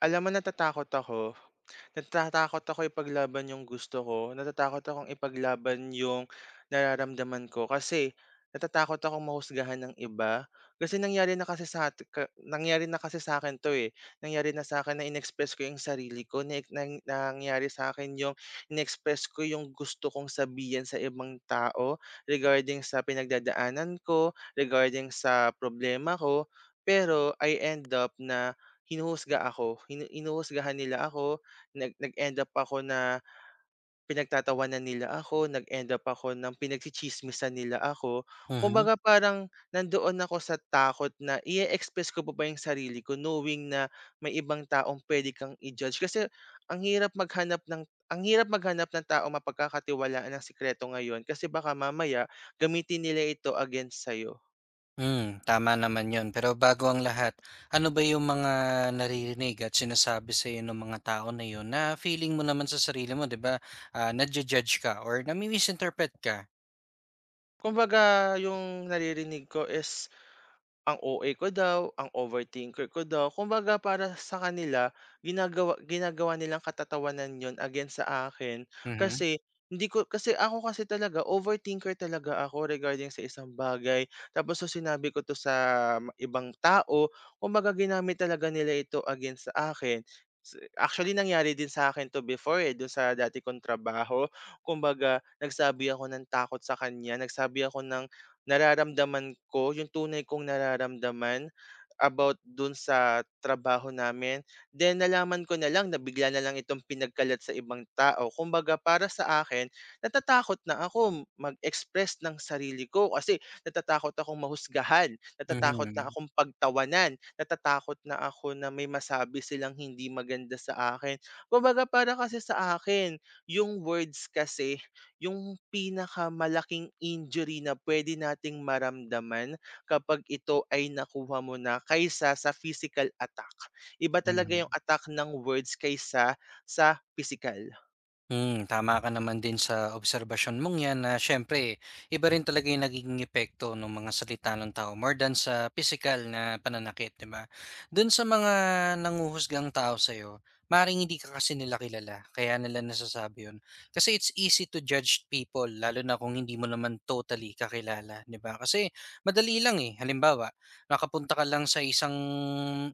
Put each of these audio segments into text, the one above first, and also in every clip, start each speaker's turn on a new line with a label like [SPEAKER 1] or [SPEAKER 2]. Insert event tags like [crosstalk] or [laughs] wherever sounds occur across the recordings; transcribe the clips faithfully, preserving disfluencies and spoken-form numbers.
[SPEAKER 1] Alam mo, natatakot ako. Natatakot ako ipaglaban yung gusto ko, natatakot akong ipaglaban yung nararamdaman ko kasi natatakot akong mahusgahan ng iba. Kasi nangyari na kasi sa at- ka- nangyari na kasi sa akin 'to eh. Nangyari na sa akin na inexpress ko yung sarili ko, na, nang- nangyari sa akin yung inexpress ko yung gusto kong sabihin sa ibang tao regarding sa pinagdadaanan ko, regarding sa problema ko, pero I end up na hinuhusga ako, hinu- hinuhusgahan nila ako. Nag nag-end up ako na pinagtatawanan nila ako, nag-end up ako ng pinagtsitsismisan nila ako.
[SPEAKER 2] Mhm.
[SPEAKER 1] Kumbaga parang nandoon ako sa takot na i express ko pa ba yung sarili ko knowing na may ibang taong puwede kang i-judge. Kasi ang hirap maghanap ng ang hirap maghanap ng tao mapagkakatiwalaan ng sikreto ngayon kasi baka mamaya gamitin nila ito against sa'yo.
[SPEAKER 2] Hmm, tama naman 'yun. Pero bago ang lahat, ano ba yung mga naririnig at sinasabi sa'yo nung mga tao na 'yun na feeling mo naman sa sarili mo, 'di ba, ah, naju-judge ka or nami-misinterpret ka?
[SPEAKER 1] Kumbaga yung naririnig ko is ang O A ko daw, ang overthinker ko daw, kumbaga para sa kanila ginagawa ginagawa nilang katatawanan yon against sa akin.
[SPEAKER 2] Mhm.
[SPEAKER 1] Kasi hindi ko kasi ako kasi talaga overthinker talaga ako regarding sa isang bagay. Tapos nung sinabi ko 'to sa ma- ibang tao, kumbaga ginamit talaga nila ito against sa akin. S actually nangyari din sa akin 'to before, eh, dun sa dati kong trabaho. Kumbaga nagsabi ako ng takot sa kanya, nagsabi ako ng nararamdaman ko, yung tunay kong nararamdaman about dun sa trabaho namin. Then nalaman ko na lang na bigla na lang itong pinagkalat sa ibang tao. Kumbaga para sa akin, natatakot na ako mag-express ng sarili ko kasi natatakot akong mahusgahan, natatakot na
[SPEAKER 2] Mhm.
[SPEAKER 1] akong pagtawanan, natatakot na ako na may masabi silang hindi maganda sa akin. Kumbaga para kasi sa akin, yung words kasi yung pinakamalaking injury na pwede nating maramdaman kapag ito ay nakuha mo na kaysa sa physical attack. Iba talaga
[SPEAKER 2] Mm.
[SPEAKER 1] yung attack ng words kaysa sa physical.
[SPEAKER 2] Hmm, tama ka naman din sa obserbasyon mong 'yan na siyempre iba rin talaga yung nagiging epekto ng mga salita ng tao more than sa physical na pananakit, 'di ba? Do'n sa mga nanguhusgang tao sa'yo, maaaring hindi ka kasi nila kilala kaya nila nasasabi 'yun. Kasi it's easy to judge people lalo na kung hindi mo naman totally kakilala, 'di ba? Kasi madali lang, eh. Halimbawa, nakapunta ka lang sa isang,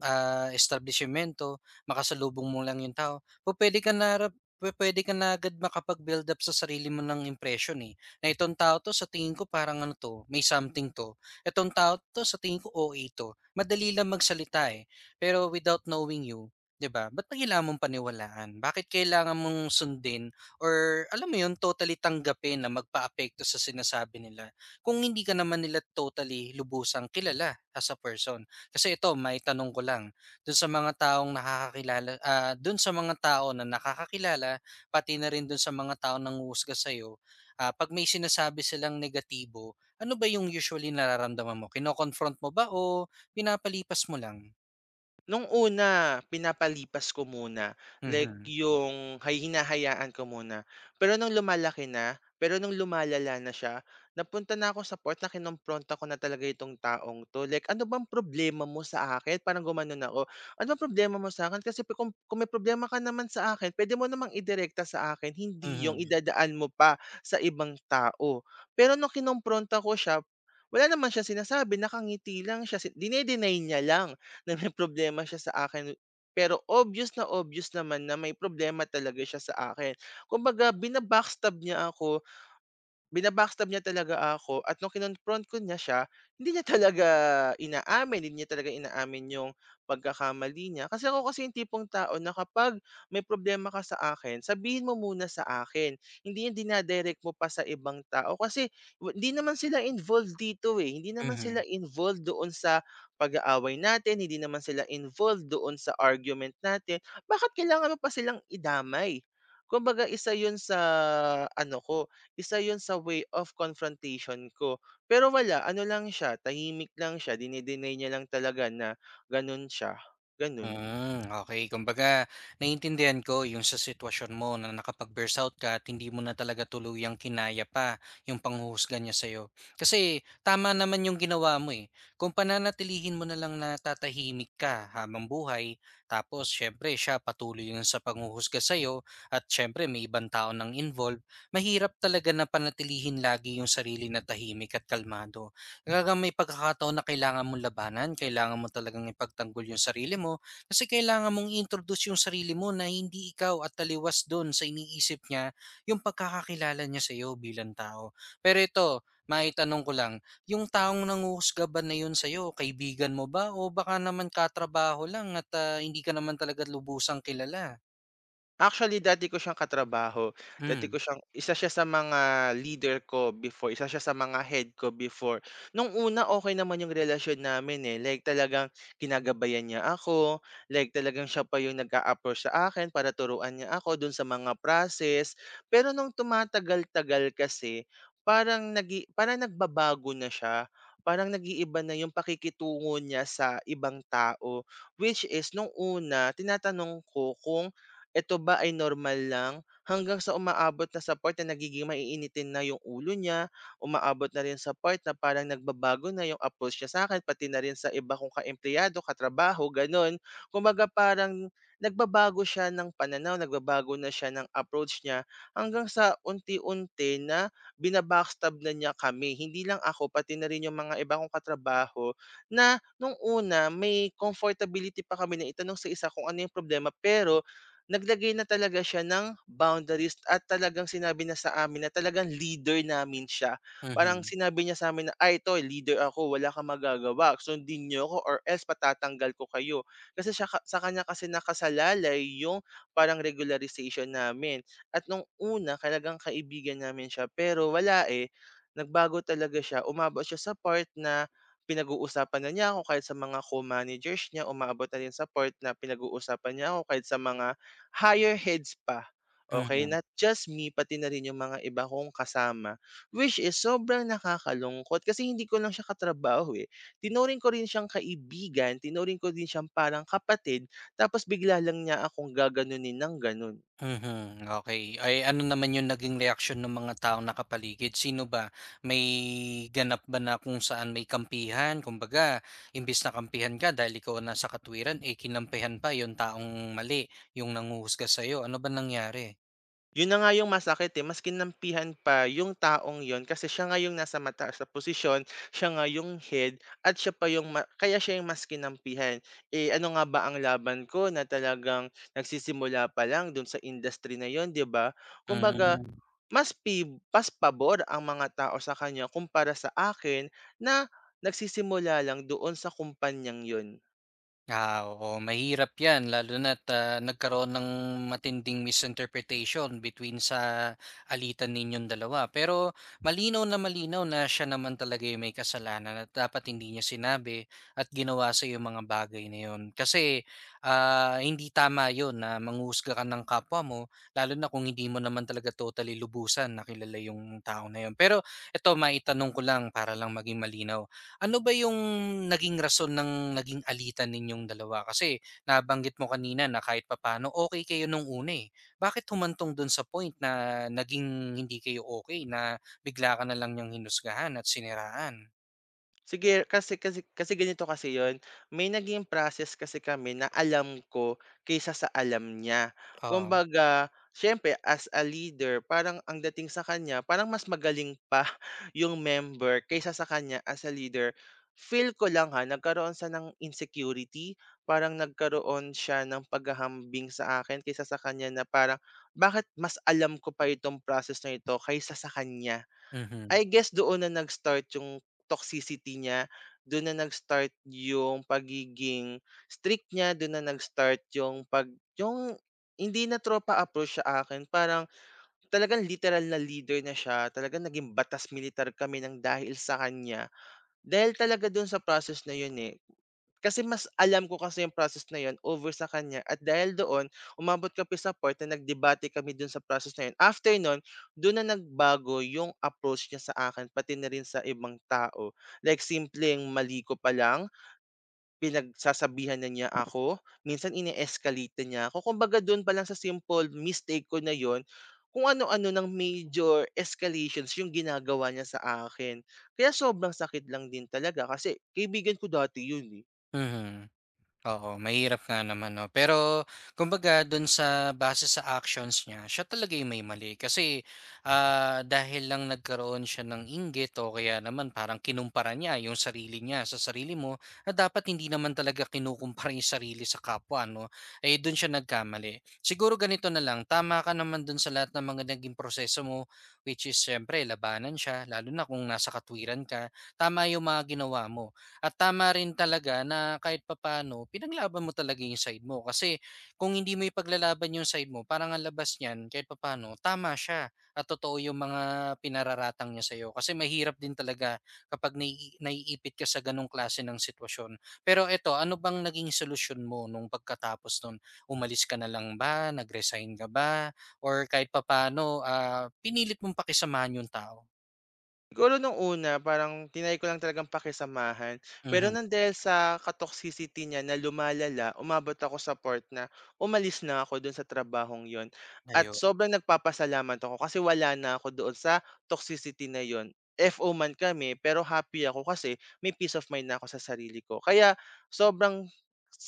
[SPEAKER 2] ah, establisyemento, makasalubong mo lang yung tao, pupuwede kang na P- pwede ka na agad makapag-build up sa sarili mo ng impression, eh, na itong tao 'to sa tingin ko parang ano 'to, may something 'to. Itong tao 'to sa tingin ko O A 'to. Madali lang magsalita, eh, pero without knowing you, 'di ba, ba't pa kailangan mong paniwalaan? Bakit kailangan mong sundin or alam mo 'yun, totally tanggapin na magpaapekto sa sinasabi nila kung hindi ka naman nila totally lubusang kilala as a person? Kasi ito, may tanong ko lang. Dun sa mga taong nakakakilala, ah, dun sa mga tao na nakakakilala, pati na rin dun sa mga taong nanghuhusga sa'yo, ah, 'pag may sinasabi silang negatibo, ano ba yung usually nararamdaman mo? Kino-confront mo ba o pinapalipas mo lang?
[SPEAKER 1] Nung una, pinapalipas ko muna, like
[SPEAKER 2] Mhm.
[SPEAKER 1] yung hay hinahayaan ko muna. Pero nung lumalaki na, pero nung lumalala na siya, napunta na ako sa port na kinompronta ko na talaga itong taong 'to. Like, "Ano bang problema mo sa akin?" Parang gumanon ako. "Ano bang problema mo sa akin? Kasi kung kung may problema ka naman sa akin, puwede mo namang idirekta sa akin, hindi yung
[SPEAKER 2] Mhm.
[SPEAKER 1] idadaan mo pa sa ibang tao." Pero nung kinompronta ko siya, wala naman siyang sinasabi, nakangiti lang siya, si dine niya lang na may [laughs] problema siya sa akin. Pero obvious na obvious naman na may problema talaga siya sa akin. Kumbaga bina-backstab niya ako. Bina-backstab niya talaga ako at nung kinonfront ko niya siya, hindi niya talaga inaamin, hindi niya talaga inaamin yung pagkakamali niya. Kasi ako kasi yung tipong tao na kapag may problema ka sa akin, sabihin mo muna sa akin. Hindi yung dinadirect mo pa sa ibang tao kasi wa- hindi naman sila involved dito eh. Hindi naman sila
[SPEAKER 2] Mhm.
[SPEAKER 1] involved doon sa pag-aaway natin, hindi naman sila involved doon sa argument natin. Bakit kailangan mo pa silang idamay? Kumbaga isa 'yun sa ano ko, isa 'yun sa way of confrontation ko. Pero wala, ano lang siya, tahimik lang siya, dine-deny niya lang talaga na gano'n siya, gano'n.
[SPEAKER 2] Hmm, okey. Kumbaga naiintindihan ko yung sa sitwasyon mo na nakapag-burst out ka at hindi mo na talaga tuluyang kinaya pa yung panghuhusga niya sa'yo. Kasi tama naman yung ginawa mo, eh. Kung pananatilihin mo na lang na tatahimik ka habang buhay, tapos siyempre siya patuloy yung sa panghuhusga sa'yo at siyempre may ibang tao ng involved, mahirap talaga na panatilihin lagi yung sarili na tahimik at kalmado. Kaya may pagkakataon na kailangan mong labanan, kailangan mo talagang ipagtanggol yung sarili mo kasi kailangan mong i-introduce yung sarili mo na hindi ikaw at taliwas dun sa iniisip niya yung pagkakakilala niya sa iyo bilang tao. Pero ito, maitanong ko lang, yung taong nanguhusga ba na yun sa iyo kaibigan mo ba o baka naman katrabaho lang at ah, hindi ka naman talaga lubusang kilala?
[SPEAKER 1] Actually, dati ko siyang katrabaho. Dati ko
[SPEAKER 2] Hmm.
[SPEAKER 1] siyang Isa siya sa mga leader ko before, isa siya sa mga head ko before. Nung una, okay naman yung relasyon namin, eh, like talagang ginagabayan niya ako, like talagang siya pa yung nag-a-approach sa akin para turuan niya ako dun sa mga process. Pero nung tumatagal-tagal kasi, parang nag parang nagbabago na siya, parang nag-iiba na yung pakikitungo niya sa ibang tao. Which is nung una, tinatanong ko kung ito ba ay normal lang? Hanggang sa umaabot na sa part na nagiging maiinitin na yung ulo niya, umaabot na rin sa part na parang nagbabago na yung approach niya sa akin pati na rin sa iba kong kaempleyado, katrabaho, gano'n. Kumbaga parang nagbabago siya ng pananaw, nagbabago na siya ng approach niya hanggang sa unti-unti na bina-backstab na niya kami. Hindi lang ako, pati na rin yung mga iba kong katrabaho na nung una may comfortability pa kami na itanong sa isa kung ano yung problema, pero naglagay na talaga siya ng boundaries at talagang sinabi na sa amin na talagang leader namin siya. Parang
[SPEAKER 2] Mhm.
[SPEAKER 1] sinabi niya sa amin na, "Ay, ito leader ako, wala kang magagawa, sundin niyo ako or else patatanggal ko kayo." Kasi siya ka sa kanya kasi nakasalalay yung parang regularization namin at nung una talagang kaibigan namin siya pero wala, eh, nagbago talaga siya. Umabot siya sa part na pinag-uusapan na niya ako kahit sa mga co-managers niya, umabot na rin sa part na pinag-uusapan niya ako kahit sa mga higher heads pa, okay,
[SPEAKER 2] Mhm.
[SPEAKER 1] not just me pati na rin yung mga iba kong kasama, which is sobrang nakakalungkot kasi hindi ko lang siya katrabaho, eh, tinuring ko rin siyang kaibigan, tinuring ko din siyang parang kapatid tapos bigla lang niya akong gaganunin ng ganun.
[SPEAKER 2] Mhm, okay. Ay, ano naman yung naging reaksyon ng mga taong nakapaligid? Sino ba? May ganap ba na kung saan may kampihan? Kumbaga imbes na kampihan ka dahil ikaw ang nasa katwiran, eh, kinampihan pa yung taong mali, yung nanghuhusga sa'yo. Ano ba nangyari?
[SPEAKER 1] Yun na nga yung masakit, eh, mas kinampihan pa yung taong yon kasi siya nga yung nasa mataas na posisyon, siya nga yung head at siya pa yung ma kaya siya yung mas kinampihan. Eh, ano nga ba ang laban ko na talagang nagsisimula pa lang dun sa industry na yon, 'di ba? Kumbaga
[SPEAKER 2] Hmm.
[SPEAKER 1] mas pi mas pabor ang mga tao sa kanya kumpara sa akin na nagsisimula lang doon sa kumpanyang yon.
[SPEAKER 2] Ah, oo, mahirap 'yan lalo na't, ah, nagkaroon ng matinding misinterpretation between sa alitan ninyong dalawa. Pero malinaw na malinaw na siya naman talaga yung may kasalanan at dapat hindi niya sinabi at ginawa sa'yo yung mga bagay na 'yun. Kasi, ah, hindi tama yon na manghusga ka ng kapwa mo lalo na kung hindi mo naman talaga totally lubusan na kilala yung tao na yon. Pero eto maitanong ko lang para lang maging malinaw. Ano ba yung naging rason ng naging alitan ninyong dalawa? Kasi nabanggit mo kanina na kahit papaano okay kayo nung una, eh. Bakit humantong dun sa point na naging hindi kayo okay na bigla ka na lang niyang hinusgahan at siniraan?
[SPEAKER 1] Sige, kasi kasi kasi ganito kasi yon, may naging process kasi kami na alam ko kaysa sa alam niya.
[SPEAKER 2] Oo.
[SPEAKER 1] Kumbaga, siyempre as a leader parang ang dating sa kanya parang mas magaling pa [laughs] yung member kaysa sa kanya as a leader. Feel ko lang ha, nagkaroon sa ng insecurity, parang nagkaroon siya ng paghahambing sa akin kaysa sa kanya na parang, "Bakit mas alam ko pa itong process na ito kaysa sa kanya?"
[SPEAKER 2] Mhm.
[SPEAKER 1] I guess doon na nag-start yung toxicity niya, doon na nag-start yung pagiging strict niya, doon na nag-start yung 'pag yung hindi na tropa approach sa akin. Parang talagang literal na leader na siya, talagang naging batas militar kami ng dahil sa kanya. Dahil talaga do'n sa process na 'yun, eh. Kasi mas alam ko kasi yung process na yun over sa kanya at dahil doon umabot kami sa part na nagdebate kami dun sa process na yun. After nun, doon na nagbago yung approach niya sa akin pati na rin sa ibang tao. Like simpleng mali ko pa lang, pinagsasabihan na niya ako, minsan ine-escalate na niya ako. Kumbaga doon pa lang sa simple mistake ko na yun, kung ano-ano ng major escalations yung ginagawa niya sa akin. Kaya sobrang sakit lang din talaga kasi kaibigan ko dati yun eh.
[SPEAKER 2] Mhm. Oo, mahirap nga naman, 'no. Pero kumbaga do'n sa base sa actions niya, siya talaga yung may mali kasi, ah, dahil lang nagkaroon siya ng inggit o kaya naman parang kinumpara niya yung sarili niya sa sarili mo na dapat hindi naman talaga kinukumpara yung sarili sa kapwa, 'no, eh, dun siya nagkamali. Siguro ganito na lang, tama ka naman dun sa lahat ng mga naging proseso mo, which is siyempre labanan siya lalo na kung nasa katwiran ka. Tama yung mga ginawa mo. At tama rin talaga na kahit papaano pinaglaban mo talaga yung side mo kasi kung hindi mo ipaglalaban yung side mo parang ang labas niyan kahit papaano tama siya at totoo yung mga pinararatang niya sa'yo kasi mahirap din talaga kapag nai- naiipit ka sa ganong klase ng sitwasyon. Pero eto, ano bang naging solusyon mo nung pagkatapos nun? Umalis ka na lang ba? Nag-resign ka ba? Or kahit papaano, ah, pinilit mong pakisamahan yung tao?
[SPEAKER 1] Siguro nung una parang tinry ko lang talagang pakisamahan, pero
[SPEAKER 2] Mhm.
[SPEAKER 1] ng dahil sa ka-toxicity niya na lumalala, umabot ako sa part na umalis na ako dun sa trabahong yon. At
[SPEAKER 2] Ayo.
[SPEAKER 1] sobrang nagpapasalamat ako kasi wala na ako doon sa toxicity na yon. F O man kami pero happy ako kasi may peace of mind na ako sa sarili ko. Kaya sobrang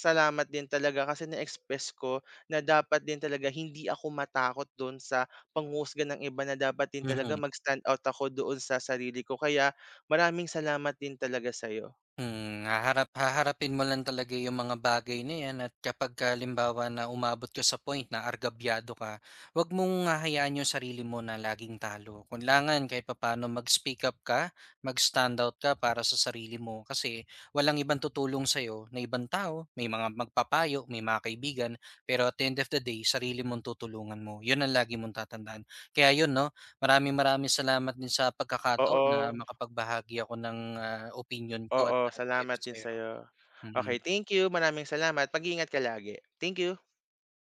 [SPEAKER 1] salamat din talaga kasi na-express ko na dapat din talaga hindi ako matakot dun sa panghuhusga ng iba, na dapat din talaga
[SPEAKER 2] Mhm.
[SPEAKER 1] mag-stand out ako doon sa sarili ko, kaya maraming salamat din talaga sa'yo.
[SPEAKER 2] Hmm, haharap haharapin mo lang talaga yung mga bagay na yan at kapag halimbawa na umabot ka sa point na argabyado ka, wag mong hahayaan yung sarili mo na laging talo. Kailangan kahit papaano mag-speak up ka, mag-stand out ka para sa sarili mo kasi walang ibang tutulong sa'yo na ibang tao, may mga magpapayo, may mga kaibigan, pero at the end of the day, sarili mong tutulungan mo. Yun ang lagi mong tatandaan. Kaya yun, no, maraming maraming salamat din sa pagkakataon na
[SPEAKER 1] Oo,
[SPEAKER 2] makapagbahagi ako ng, ah, opinyon ko at,
[SPEAKER 1] oo,
[SPEAKER 2] ah,
[SPEAKER 1] salamat
[SPEAKER 2] tips
[SPEAKER 1] din
[SPEAKER 2] sa'yo.
[SPEAKER 1] sa'yo.
[SPEAKER 2] Mm.
[SPEAKER 1] Okay, thank you, maraming salamat. Mag-iingat ka lagi. Thank you.